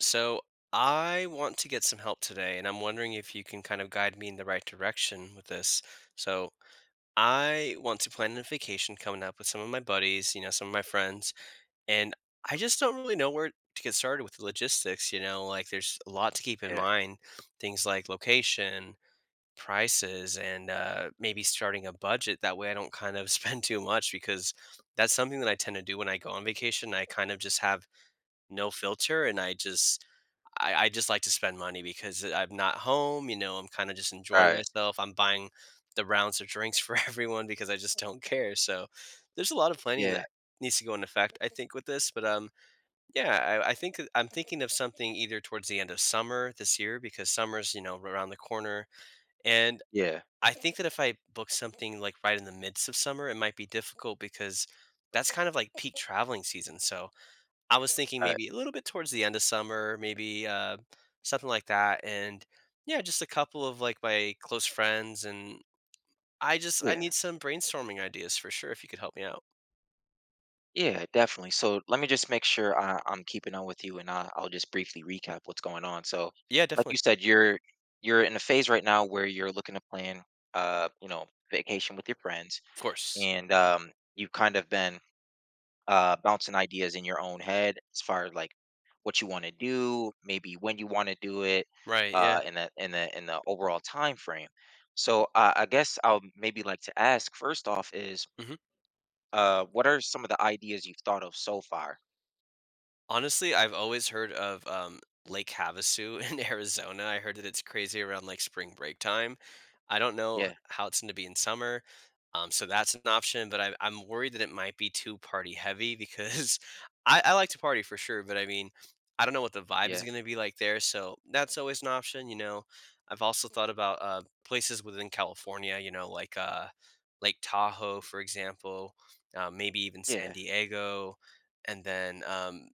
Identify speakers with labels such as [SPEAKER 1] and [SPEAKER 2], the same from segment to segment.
[SPEAKER 1] So I want to get some help today, and I'm wondering if you can kind of guide me in the right direction with this. So I want to plan a vacation coming up with some of my buddies, you know, some of my friends, and I just don't really know where to get started with the logistics, you know, like there's a lot to keep in
[SPEAKER 2] Yeah,
[SPEAKER 1] mind, things like location, prices, and maybe starting a budget. That way I don't kind of spend too much because that's something that I tend to do when I go on vacation. I kind of just have no filter and I just like to spend money because I'm not home, you know, I'm kinda just enjoying
[SPEAKER 2] right.
[SPEAKER 1] myself, I'm buying the rounds of drinks for everyone because I just don't care, so there's a lot of planning that
[SPEAKER 2] Yeah,
[SPEAKER 1] needs to go into effect, I think, with this, but, yeah, I think that I'm thinking of something either towards the end of summer this year because summer's, you know, around the corner, and
[SPEAKER 2] yeah,
[SPEAKER 1] I think that if I book something, like, right in the midst of summer, it might be difficult because that's kind of like peak traveling season, so I was thinking
[SPEAKER 2] right.
[SPEAKER 1] maybe a little bit towards the end of summer, maybe, something like that, and yeah, just a couple of, like, my close friends, and I
[SPEAKER 2] Yeah,
[SPEAKER 1] need some brainstorming ideas for sure if you could help me out.
[SPEAKER 2] yeah, definitely. So let me just make sure I'm keeping on with you, and I'll just briefly recap what's going on. So,
[SPEAKER 1] Yeah,
[SPEAKER 2] like you
[SPEAKER 1] definitely.
[SPEAKER 2] said, you're in a phase right now where you're looking to plan, you know, vacation with your friends,
[SPEAKER 1] Of course.
[SPEAKER 2] and you've kind of been bouncing ideas in your own head as far as like what you want to do, maybe when you want to do it,
[SPEAKER 1] Right, yeah.
[SPEAKER 2] in the in the overall time frame. So I guess I'll maybe like to ask first off is
[SPEAKER 1] Mhm.
[SPEAKER 2] What are some of the ideas you've thought of so far?
[SPEAKER 1] Honestly, I've always heard of, Lake Havasu in Arizona. I heard that it's crazy around, like, spring break time. I don't know
[SPEAKER 2] Yeah,
[SPEAKER 1] how it's gonna be in summer, so that's an option, but I'm worried that it might be too party heavy because I like to party for sure, but I mean, I don't know what the vibe is
[SPEAKER 2] yeah,
[SPEAKER 1] gonna be like there, so that's always an option, you know? I've also thought about, places within California, you know, like, Lake Tahoe, for example, maybe even San
[SPEAKER 2] yeah,
[SPEAKER 1] Diego, and then, um,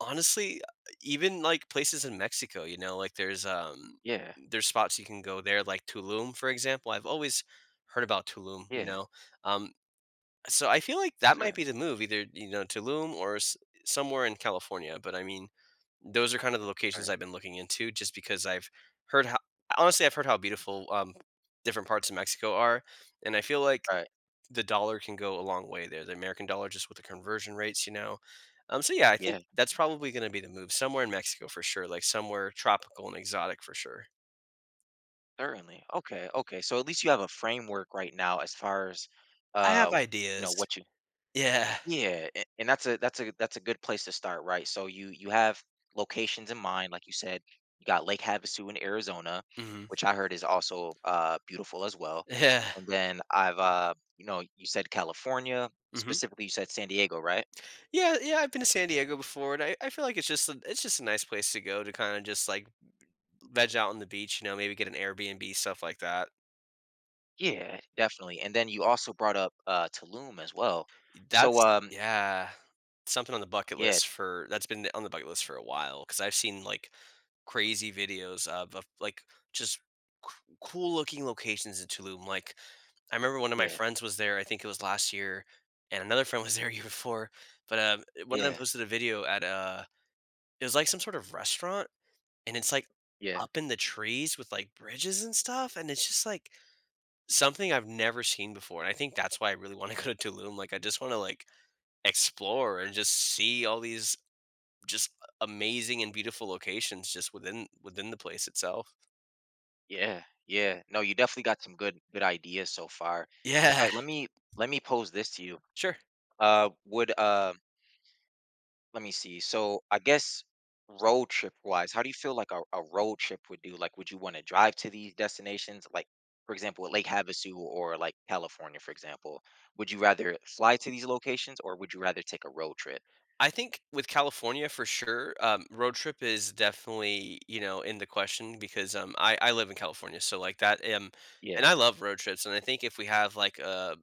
[SPEAKER 1] Honestly, even, like, places in Mexico, you know, like, there's, um
[SPEAKER 2] yeah,
[SPEAKER 1] there's spots you can go there, like Tulum, for example. I've always heard about Tulum, you
[SPEAKER 2] yeah.
[SPEAKER 1] know? Um, so I feel like that might
[SPEAKER 2] Certainly.
[SPEAKER 1] be the move, either, you know, Tulum or s somewhere in California, but, I mean, those are kind of the locations
[SPEAKER 2] Right,
[SPEAKER 1] I've been looking into just because I've heard how honestly, I've heard how beautiful, different parts of Mexico are, and I feel like
[SPEAKER 2] right.
[SPEAKER 1] the dollar can go a long way there. The American dollar, just with the conversion rates, you know. So yeah, I think
[SPEAKER 2] Yeah,
[SPEAKER 1] that's probably going to be the move somewhere in Mexico for sure, like somewhere tropical and exotic for sure.
[SPEAKER 2] certainly. Okay, okay. So at least you have a framework right now as far as
[SPEAKER 1] I have
[SPEAKER 2] uh, you know,
[SPEAKER 1] ideas.
[SPEAKER 2] what you
[SPEAKER 1] Yeah.
[SPEAKER 2] yeah, a- and that's a that's a good place to start, right? So you have locations in mind, like you said, you got Lake Havasu in Arizona,
[SPEAKER 1] Hmm.
[SPEAKER 2] which I heard is also beautiful as well.
[SPEAKER 1] Yeah.
[SPEAKER 2] And then I've you know, you said California,
[SPEAKER 1] Hmm.
[SPEAKER 2] specifically you said San Diego, right?
[SPEAKER 1] Yeah. Yeah. I've been to San Diego before, and I feel like it's just it's just a nice place to go to kind of just like veg out on the beach, you know, maybe get an Airbnb stuff like that.
[SPEAKER 2] Yeah, definitely. And then you also brought up Tulum as well. So
[SPEAKER 1] That's yeah. Something on the bucket
[SPEAKER 2] yeah,
[SPEAKER 1] list for that's been on the bucket list for a while. Because 'cause I've seen, like, crazy videos of like, just c cool looking locations in Tulum, like, I remember one of my
[SPEAKER 2] yeah,
[SPEAKER 1] friends was there, I think it was last year, and another friend was there a year before, but, one of them
[SPEAKER 2] yeah,
[SPEAKER 1] posted a video at, it was, like, some sort of restaurant, and it's, like,
[SPEAKER 2] yeah,
[SPEAKER 1] up in the trees with, like, bridges and stuff, and it's just, like, something I've never seen before, and I think that's why I really wanna go to Tulum, like, I just wanna, like, explore and just see all these just amazing and beautiful locations just within the place itself.
[SPEAKER 2] yeah, yeah. No, you definitely got some good good ideas so far. In
[SPEAKER 1] Yeah,
[SPEAKER 2] fact, let me pose this to you.
[SPEAKER 1] sure.
[SPEAKER 2] Would let me see. So I guess road trip wise, how do you feel like a road trip would do? Like would you want to drive to these destinations? Like for example, Lake Havasu or like California, for example. Would you rather fly to these locations or would you rather take a road trip?
[SPEAKER 1] I think with California for sure, road trip is definitely you know in the question because I live in California, so like that. And
[SPEAKER 2] Yeah.
[SPEAKER 1] I love road trips, and I think if we have like a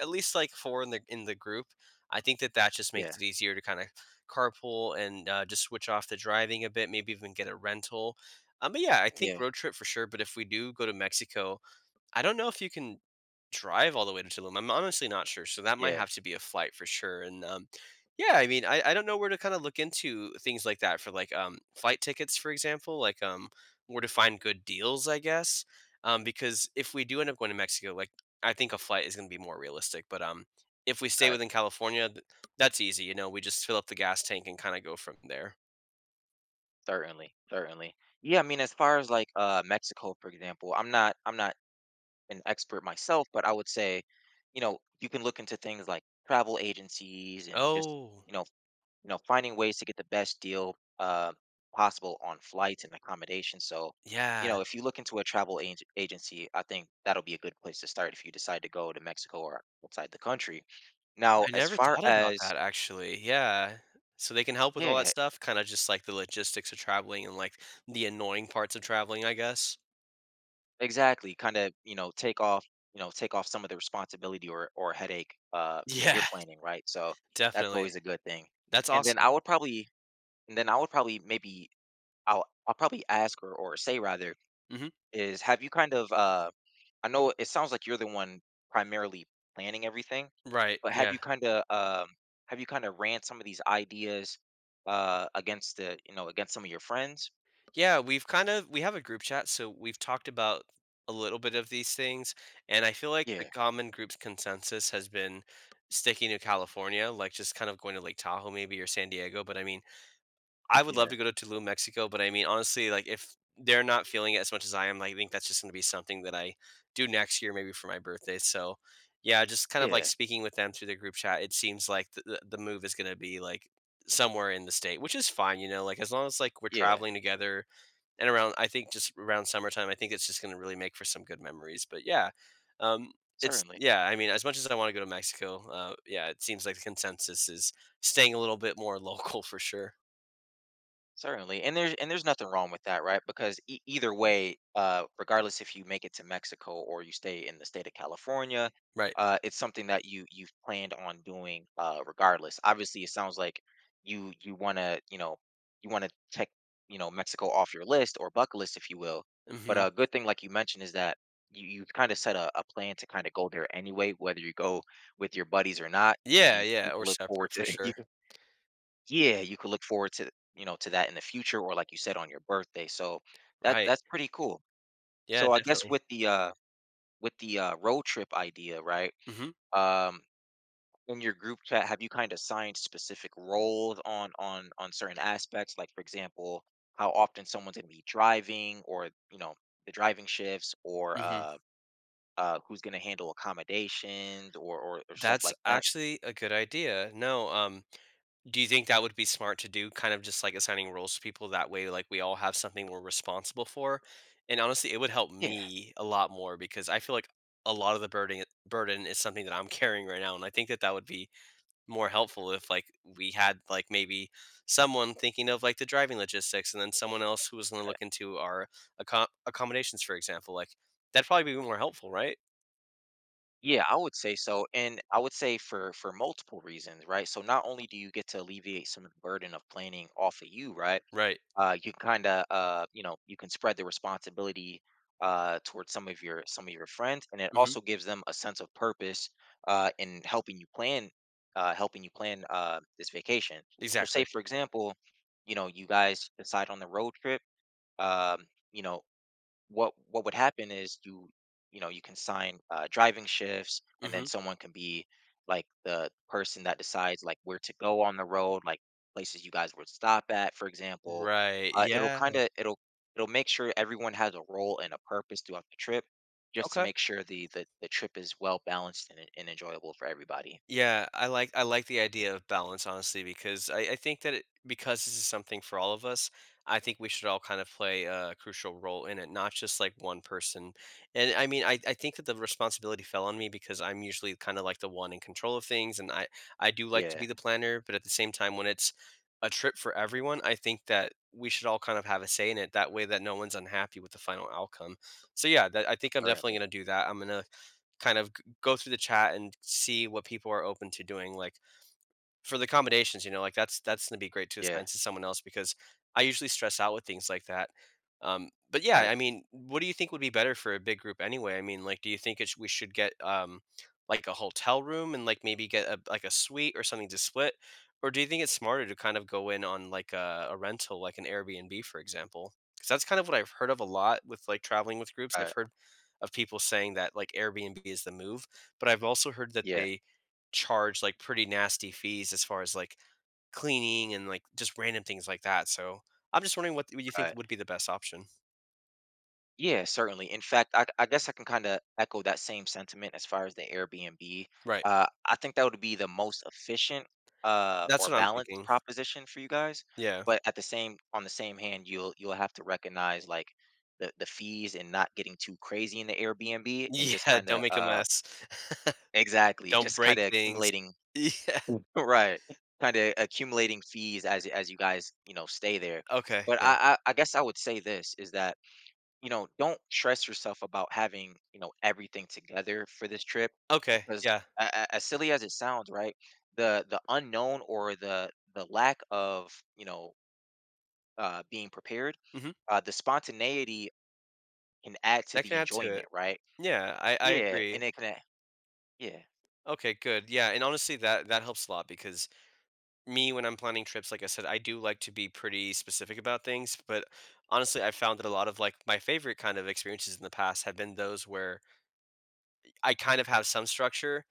[SPEAKER 1] at least like 4 in the group. I think that that just
[SPEAKER 2] Yeah.
[SPEAKER 1] makes it easier to kind of carpool and, just switch off the driving a bit, maybe even get a rental. But yeah, I think
[SPEAKER 2] Yeah,
[SPEAKER 1] road trip for sure, but if we do go to Mexico, I don't know if you can drive all the way to Tulum. I'm honestly not sure, so that might
[SPEAKER 2] yeah,
[SPEAKER 1] have to be a flight for sure. And yeah, I mean, I don't know where to kind of look into things like that for like flight tickets, for example, like where to find good deals, I guess. Because if we do end up going to Mexico, like I think a flight is going to be more realistic. But if we stay
[SPEAKER 2] right.
[SPEAKER 1] within California, that's easy. You know, we just fill up the gas tank and kind of go from there.
[SPEAKER 2] Certainly, certainly. Yeah, I mean, as far as like Mexico, for example, I'm not an expert myself, but I would say, you know, you can look into things like travel agencies and just,
[SPEAKER 1] Oh,
[SPEAKER 2] you know, finding ways to get the best deal possible on flights and accommodation. So, you
[SPEAKER 1] yeah.
[SPEAKER 2] know, if you look into a travel ag agency, I think that'll be a good place to start if you decide to go to Mexico or outside the country. Now,
[SPEAKER 1] I
[SPEAKER 2] as
[SPEAKER 1] never
[SPEAKER 2] far
[SPEAKER 1] thought about
[SPEAKER 2] as
[SPEAKER 1] that actually, yeah. So they can help with all that
[SPEAKER 2] yeah,
[SPEAKER 1] stuff, kinda just like the logistics of traveling and, like, the annoying parts of traveling, I guess.
[SPEAKER 2] exactly. Kind of, you know, take off some of the responsibility or headache from your
[SPEAKER 1] Yeah,
[SPEAKER 2] planning, right? So that's
[SPEAKER 1] definitely.
[SPEAKER 2] always a good thing.
[SPEAKER 1] That's
[SPEAKER 2] And then
[SPEAKER 1] awesome.
[SPEAKER 2] I would probably and then I would probably maybe I'll probably ask or say rather
[SPEAKER 1] Mhm.
[SPEAKER 2] is have you kind of I know it sounds like you're the one primarily planning everything,
[SPEAKER 1] Right,
[SPEAKER 2] but have
[SPEAKER 1] yeah.
[SPEAKER 2] you kind of have you kind of ran some of these ideas against the, you know, against some of your friends?
[SPEAKER 1] Yeah, we've kind of we have a group chat, so we've talked about a little bit of these things, and I feel like the
[SPEAKER 2] Yeah.
[SPEAKER 1] common group's consensus has been sticking to California, like, just kind of going to Lake Tahoe maybe or San Diego, but I mean, I would
[SPEAKER 2] Yeah.
[SPEAKER 1] love to go to Tulum, Mexico, but I mean, honestly, like if they're not feeling it as much as I am, like, I think that's just going to be something that I do next year, maybe for my birthday. So, yeah, just kind of like
[SPEAKER 2] Yeah.
[SPEAKER 1] speaking with them through the group chat, it seems like the move is going to be like somewhere in the state, which is fine, you know, like as long as like we're
[SPEAKER 2] Yeah.
[SPEAKER 1] traveling together and around, I think just around summertime, I think it's just going to really make for some good memories. But yeah, um, it's
[SPEAKER 2] Certainly.
[SPEAKER 1] yeah. I mean, as much as I want to go to Mexico, yeah, it seems like the consensus is staying a little bit more local for sure.
[SPEAKER 2] Certainly, and there's nothing wrong with that, right? Because e- either way, regardless if you make it to Mexico or you stay in the state of California,
[SPEAKER 1] Right.
[SPEAKER 2] it's something that you've planned on doing, regardless. Obviously, it sounds like you want to you want to check you know Mexico off your list or bucket list, if you will. But
[SPEAKER 1] Mhm.
[SPEAKER 2] a good thing, like you mentioned, is that you kind of set a plan to kind of go there anyway, whether you go with your buddies or not.
[SPEAKER 1] Yeah,
[SPEAKER 2] You
[SPEAKER 1] yeah,
[SPEAKER 2] you
[SPEAKER 1] or
[SPEAKER 2] can look
[SPEAKER 1] separate
[SPEAKER 2] forward
[SPEAKER 1] for
[SPEAKER 2] to you
[SPEAKER 1] sure.
[SPEAKER 2] yeah you could look forward to you know to that in the future or like you said on your birthday. So that
[SPEAKER 1] Right.
[SPEAKER 2] that's pretty cool.
[SPEAKER 1] Yeah,
[SPEAKER 2] So I guess
[SPEAKER 1] definitely.
[SPEAKER 2] with the road trip idea, right?
[SPEAKER 1] Mhm,
[SPEAKER 2] Um, in your group chat, have you kind of assigned specific roles on certain aspects, like for example, how often someone's going to be driving, or you know, the driving shifts, or
[SPEAKER 1] mhm.
[SPEAKER 2] who's going to handle accommodations, or, stuff
[SPEAKER 1] That's
[SPEAKER 2] like that?
[SPEAKER 1] actually a good idea. No, do you think that would be smart to do, kind of just, like, assigning roles to people that way, like, we all have something we're responsible for? And honestly, it would help
[SPEAKER 2] Yeah.
[SPEAKER 1] me a lot more because I feel like a lot of the burden is something that I'm carrying right now, and I think that that would be more helpful if like we had like maybe someone thinking of like the driving logistics and then someone else who was going to look into our accommodations, for example, like that'd probably be more helpful, right?
[SPEAKER 2] Yeah, I would say so. And I would say for multiple reasons, right? So not only do you get to alleviate some of the burden of planning off of you, right?
[SPEAKER 1] Right.
[SPEAKER 2] Uh, you kind of you know, you can spread the responsibility towards some of your friends, and it
[SPEAKER 1] Hmm.
[SPEAKER 2] also gives them a sense of purpose in helping you plan this vacation. So say
[SPEAKER 1] Exactly.
[SPEAKER 2] for example, you know, you guys decide on the road trip, um, you know, what would happen is you can sign uh driving shifts, and
[SPEAKER 1] Hmm.
[SPEAKER 2] then someone can be like the person that decides like where to go on the road, like places you guys would stop at, for example.
[SPEAKER 1] Right,
[SPEAKER 2] Uh, it'll
[SPEAKER 1] yeah.
[SPEAKER 2] kind of it'll make sure everyone has a role and a purpose throughout the trip, just to
[SPEAKER 1] Okay.
[SPEAKER 2] make sure the trip is well balanced and enjoyable for everybody.
[SPEAKER 1] Yeah, I like the idea of balance honestly because I think that it, because this is something for all of us, I think we should all kind of play a crucial role in it, not just like one person. And I mean, I think that the responsibility fell on me because I'm usually kind of like the one in control of things, and I do like to be
[SPEAKER 2] Yeah,
[SPEAKER 1] the planner, but at the same time, when it's a trip for everyone, I think that we should all kind of have a say in it. That way, that no one's unhappy with the final outcome. So yeah, that, I think I'm definitely
[SPEAKER 2] certainly.
[SPEAKER 1] gonna do that. I'm gonna kind of go through the chat and see what people are open to doing. Like, for the accommodations, you know, like, that's gonna be great to
[SPEAKER 2] Yeah,
[SPEAKER 1] assign to someone else because I usually stress out with things like that. But yeah,
[SPEAKER 2] right,
[SPEAKER 1] I mean, what do you think would be better for a big group anyway? I mean, like, do you think it sh we should get, like, a hotel room and, like, maybe get a a suite or something to split? Or do you think it's smarter to kind of go in on, like, a rental, like an Airbnb, for example? Because that's kind of what I've heard of a lot with, like, traveling with groups. I've
[SPEAKER 2] right.
[SPEAKER 1] heard of people saying that, like, Airbnb is the move, but I've also heard that
[SPEAKER 2] Yeah,
[SPEAKER 1] they charge like pretty nasty fees as far as like cleaning and like just random things like that. So I'm just wondering what you think
[SPEAKER 2] right.
[SPEAKER 1] would be the best option.
[SPEAKER 2] Yeah, certainly. In fact, I guess I can kind of echo that same sentiment as far as the Airbnb.
[SPEAKER 1] Right.
[SPEAKER 2] I think that would be the most efficient
[SPEAKER 1] That's
[SPEAKER 2] or
[SPEAKER 1] what I'm
[SPEAKER 2] balanced
[SPEAKER 1] thinking.
[SPEAKER 2] proposition for you guys.
[SPEAKER 1] Yeah.
[SPEAKER 2] But at the same on the same hand, you'll have to recognize like the fees, and not getting too crazy in the Airbnb, and just
[SPEAKER 1] Yeah.
[SPEAKER 2] kind
[SPEAKER 1] Don't
[SPEAKER 2] of
[SPEAKER 1] make a mess.
[SPEAKER 2] exactly,
[SPEAKER 1] Don't
[SPEAKER 2] just kind
[SPEAKER 1] break
[SPEAKER 2] of
[SPEAKER 1] things.
[SPEAKER 2] accumulating
[SPEAKER 1] Yeah.
[SPEAKER 2] right, kind of accumulating fees as you guys you know stay there.
[SPEAKER 1] Okay.
[SPEAKER 2] But
[SPEAKER 1] Yeah.
[SPEAKER 2] I guess I would say this is that you know, don't stress yourself about having, you know, everything together for this trip
[SPEAKER 1] Okay.
[SPEAKER 2] because
[SPEAKER 1] Yeah.
[SPEAKER 2] as silly as it sounds, right? The unknown or the lack of, you know, being prepared,
[SPEAKER 1] Hmm.
[SPEAKER 2] the spontaneity can add to
[SPEAKER 1] That
[SPEAKER 2] the
[SPEAKER 1] can add to
[SPEAKER 2] enjoyment,
[SPEAKER 1] it.
[SPEAKER 2] right?
[SPEAKER 1] Yeah. I
[SPEAKER 2] Yeah,
[SPEAKER 1] agree.
[SPEAKER 2] and it can yeah.
[SPEAKER 1] Okay. Good. Yeah. And honestly, that helps a lot because me when I'm planning trips, like I said, I do like to be pretty specific about things, but honestly, I found that a lot of like my favorite kind of experiences in the past have been those where I kind of have some structure,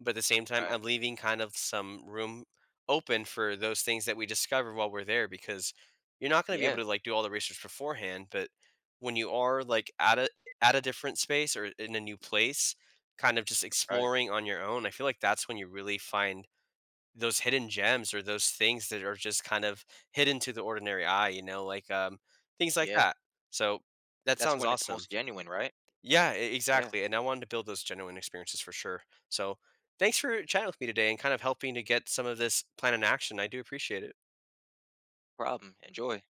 [SPEAKER 1] but at the same time,
[SPEAKER 2] Right.
[SPEAKER 1] I'm leaving kind of some room open for those things that we discover while we're there because you're not going to be able
[SPEAKER 2] Yeah,
[SPEAKER 1] to like do all the research beforehand, but when you are like at a different space or in a new place, kind of just
[SPEAKER 2] right.
[SPEAKER 1] exploring on your own, I feel like that's when you really find those hidden gems or those things that are just kind of hidden to the ordinary eye, you know, like things like
[SPEAKER 2] Yeah.
[SPEAKER 1] that. So that
[SPEAKER 2] That's
[SPEAKER 1] sounds
[SPEAKER 2] when it's
[SPEAKER 1] awesome.
[SPEAKER 2] most genuine, right?
[SPEAKER 1] Yeah,
[SPEAKER 2] Yeah.
[SPEAKER 1] exactly. And I wanted to build those genuine experiences for sure. So thanks for chatting with me today and kind of helping to get some of this plan in action. I do appreciate it.
[SPEAKER 2] Problem. Enjoy.